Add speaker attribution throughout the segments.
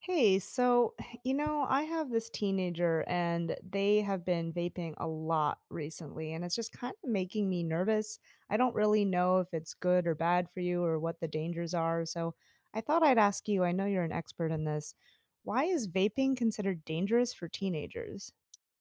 Speaker 1: Hey, so, I have this teenager and they have been vaping a lot recently, and it's just kind of making me nervous. I don't really know if it's good or bad for you or what the dangers are. So I thought I'd ask you, I know you're an expert in this. Why is vaping considered dangerous for teenagers?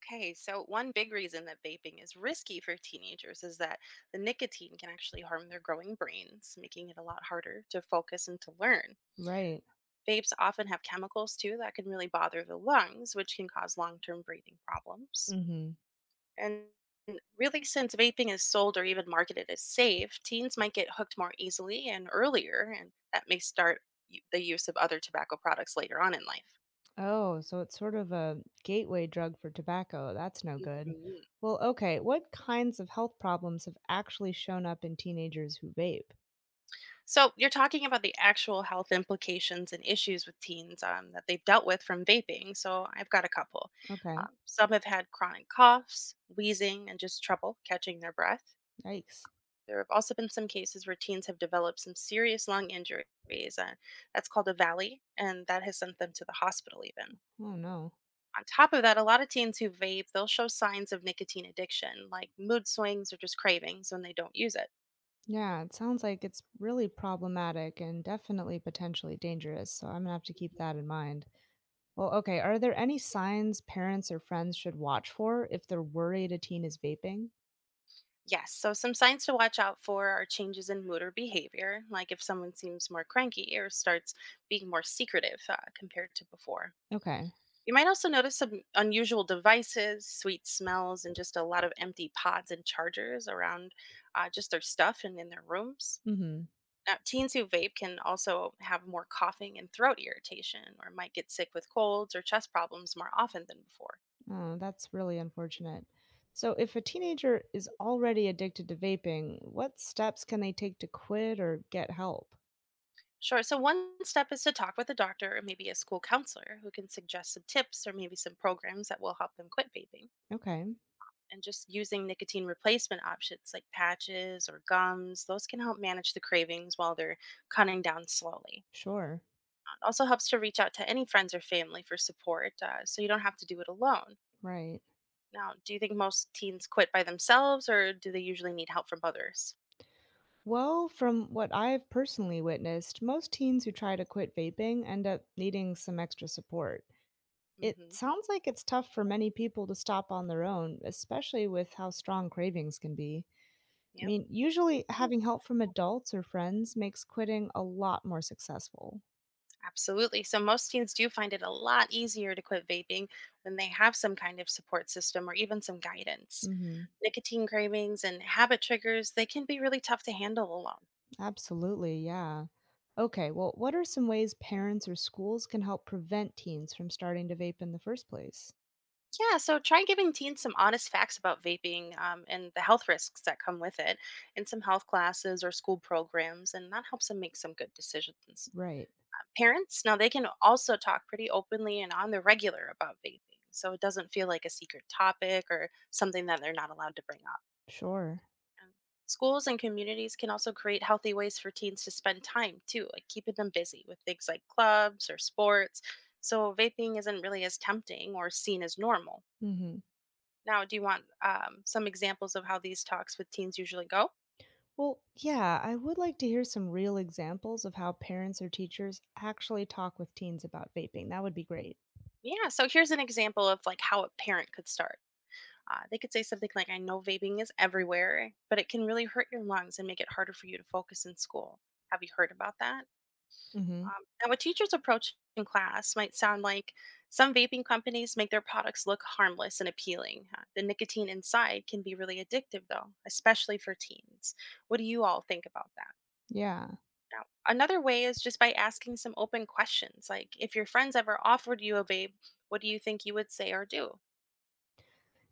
Speaker 2: Okay, so one big reason that vaping is risky for teenagers is that the nicotine can actually harm their growing brains, making it a lot harder to focus and to learn.
Speaker 1: Right.
Speaker 2: Vapes often have chemicals too that can really bother the lungs, which can cause long term breathing problems.
Speaker 1: Mm-hmm.
Speaker 2: And really, since vaping is sold or even marketed as safe, teens might get hooked more easily and earlier, and that may start the use of other tobacco products later on in life.
Speaker 1: Oh, so it's sort of a gateway drug for tobacco. That's no good.
Speaker 2: Mhm.
Speaker 1: Well, okay, what kinds of health problems have actually shown up in teenagers who vape?
Speaker 2: So, you're talking about the actual health implications and issues with teens that they've dealt with from vaping. So, I've got a couple.
Speaker 1: Okay.
Speaker 2: Some have had chronic coughs, wheezing, and just trouble catching their breath.
Speaker 1: Yikes.
Speaker 2: There have also been some cases where teens have developed some serious lung injuries. Uh, that's called a valley, and that has sent them to the hospital even.
Speaker 1: Oh no.
Speaker 2: On top of that, a lot of teens who vape, they'll show signs of nicotine addiction, like mood swings or just cravings when they don't use it.
Speaker 1: Yeah, it sounds like it's really problematic and definitely potentially dangerous. So I'm gonna have to keep that in mind. Well, okay. Are there any signs parents or friends should watch for if they're worried a teen is vaping?
Speaker 2: Yes, so some signs to watch out for are changes in mood or behavior, like if someone seems more cranky or starts being more secretive compared to before.
Speaker 1: Okay.
Speaker 2: You might also notice some unusual devices, sweet smells, and just a lot of empty pods and chargers around just their stuff and in their rooms.
Speaker 1: Mm-hmm.
Speaker 2: Now, teens who vape can also have more coughing and throat irritation, or might get sick with colds or chest problems more often than before.
Speaker 1: Oh, that's really unfortunate. So if a teenager is already addicted to vaping, what steps can they take to quit or get help?
Speaker 2: Sure, so one step is to talk with a doctor or maybe a school counselor who can suggest some tips or maybe some programs that will help them quit vaping.
Speaker 1: Okay.
Speaker 2: And just using nicotine replacement options like patches or gums, those can help manage the cravings while they're cutting down slowly.
Speaker 1: Sure.
Speaker 2: It also helps to reach out to any friends or family for support, so you don't have to do it alone.
Speaker 1: Right.
Speaker 2: Now, do you think most teens quit by themselves or do they usually need help from others?
Speaker 1: Well, from what I've personally witnessed, most teens who try to quit vaping end up needing some extra support. It
Speaker 2: Hmm.
Speaker 1: sounds like it's tough for many people to stop on their own, especially with how strong cravings can be. I
Speaker 2: Yep,
Speaker 1: mean, usually having help from adults or friends makes quitting a lot more successful.
Speaker 2: absolutely. So, most teens do find it a lot easier to quit vaping when they have some kind of support system or even some guidance.
Speaker 1: Mhm.
Speaker 2: Nicotine cravings and habit triggers, they can be really tough to handle alone.
Speaker 1: Absolutely, yeah. Okay, well, what are some ways parents or schools can help prevent teens from starting to vape in the first place?
Speaker 2: Yeah, so try giving teens some honest facts about vaping, and the health risks that come with it in some health classes or school programs, and that helps them make some good decisions.
Speaker 1: Right.
Speaker 2: Parents, now they can also talk pretty openly and on the regular about vaping, so it doesn't feel like a secret topic or something that they're not allowed to bring up.
Speaker 1: Sure.
Speaker 2: And schools and communities can also create healthy ways for teens to spend time too, like keeping them busy with things like clubs or sports, so vaping isn't really as tempting or seen as normal.
Speaker 1: Mhm.
Speaker 2: Now, do you want some examples of how these talks with teens usually go?
Speaker 1: Well, yeah, I would like to hear some real examples of how parents or teachers actually talk with teens about vaping. That would be great.
Speaker 2: Yeah, so here's an example of like how a parent could start. They could say something like, "I know vaping is everywhere, but it can really hurt your lungs and make it harder for you to focus in school. Have you heard about that?"
Speaker 1: Mhm.
Speaker 2: Um, Now, a teacher's approach in class might sound like some vaping companies make their products look harmless and appealing. The nicotine inside can be really addictive, though, especially for teens. What do you all think about that?
Speaker 1: Yeah.
Speaker 2: Now, another way is just by asking some open questions, like if your friends ever offered you a babe, what do you think you would say or do?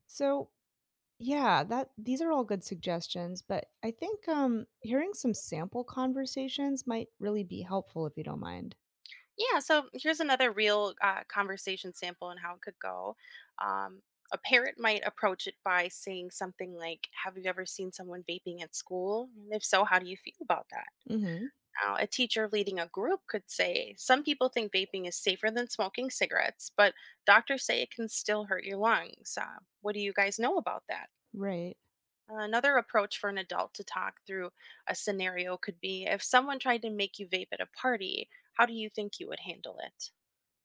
Speaker 1: So, yeah, that these are all good suggestions, but I think hearing some sample conversations might really be helpful if you don't mind.
Speaker 2: Yeah, so here's another real conversation sample and how it could go. Um, a parent might approach it by saying something like, have you ever seen someone vaping at school? And if so, how do you feel about that?
Speaker 1: Mhm.
Speaker 2: Now, a teacher leading a group could say, some people think vaping is safer than smoking cigarettes, but doctors say it can still hurt your lungs. What do you guys know about that?
Speaker 1: Right.
Speaker 2: Another approach for an adult to talk through a scenario could be if someone tried to make you vape at a party, how do you think you would handle it?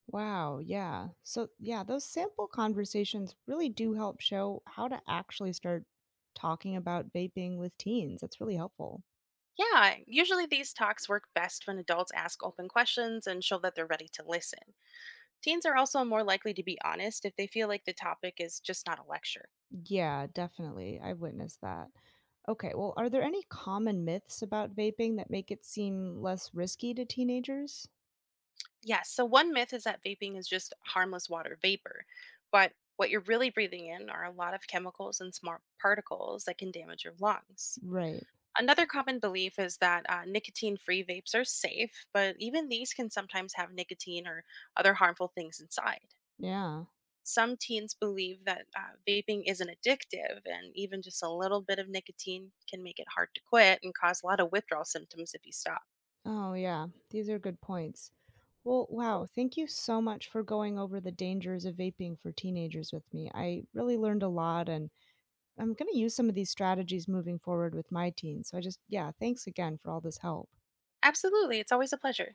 Speaker 1: Wow. Yeah. So, yeah, those sample conversations really do help show how to actually start talking about vaping with teens. That's really helpful.
Speaker 2: Yeah, usually these talks work best when adults ask open questions and show that they're ready to listen. Teens are also more likely to be honest if they feel like the topic is just not a lecture.
Speaker 1: Yeah, definitely. I've witnessed that. Okay. Well, are there any common myths about vaping that make it seem less risky to teenagers?
Speaker 2: Yes, so one myth is that vaping is just harmless water vapor, but what you're really breathing in are a lot of chemicals and smart particles that can damage your lungs.
Speaker 1: Right.
Speaker 2: Another common belief is that nicotine free vapes are safe, but even these can sometimes have nicotine or other harmful things inside.
Speaker 1: Yeah.
Speaker 2: Some teens believe that vaping isn't addictive, and even just a little bit of nicotine can make it hard to quit and cause a lot of withdrawal symptoms if you stop.
Speaker 1: Oh, yeah. These are good points. Well, wow. Thank you so much for going over the dangers of vaping for teenagers with me. I really learned a lot and I'm going to use some of these strategies moving forward with my teens. So I just, yeah, thanks again for all this help.
Speaker 2: Absolutely, it's always a pleasure.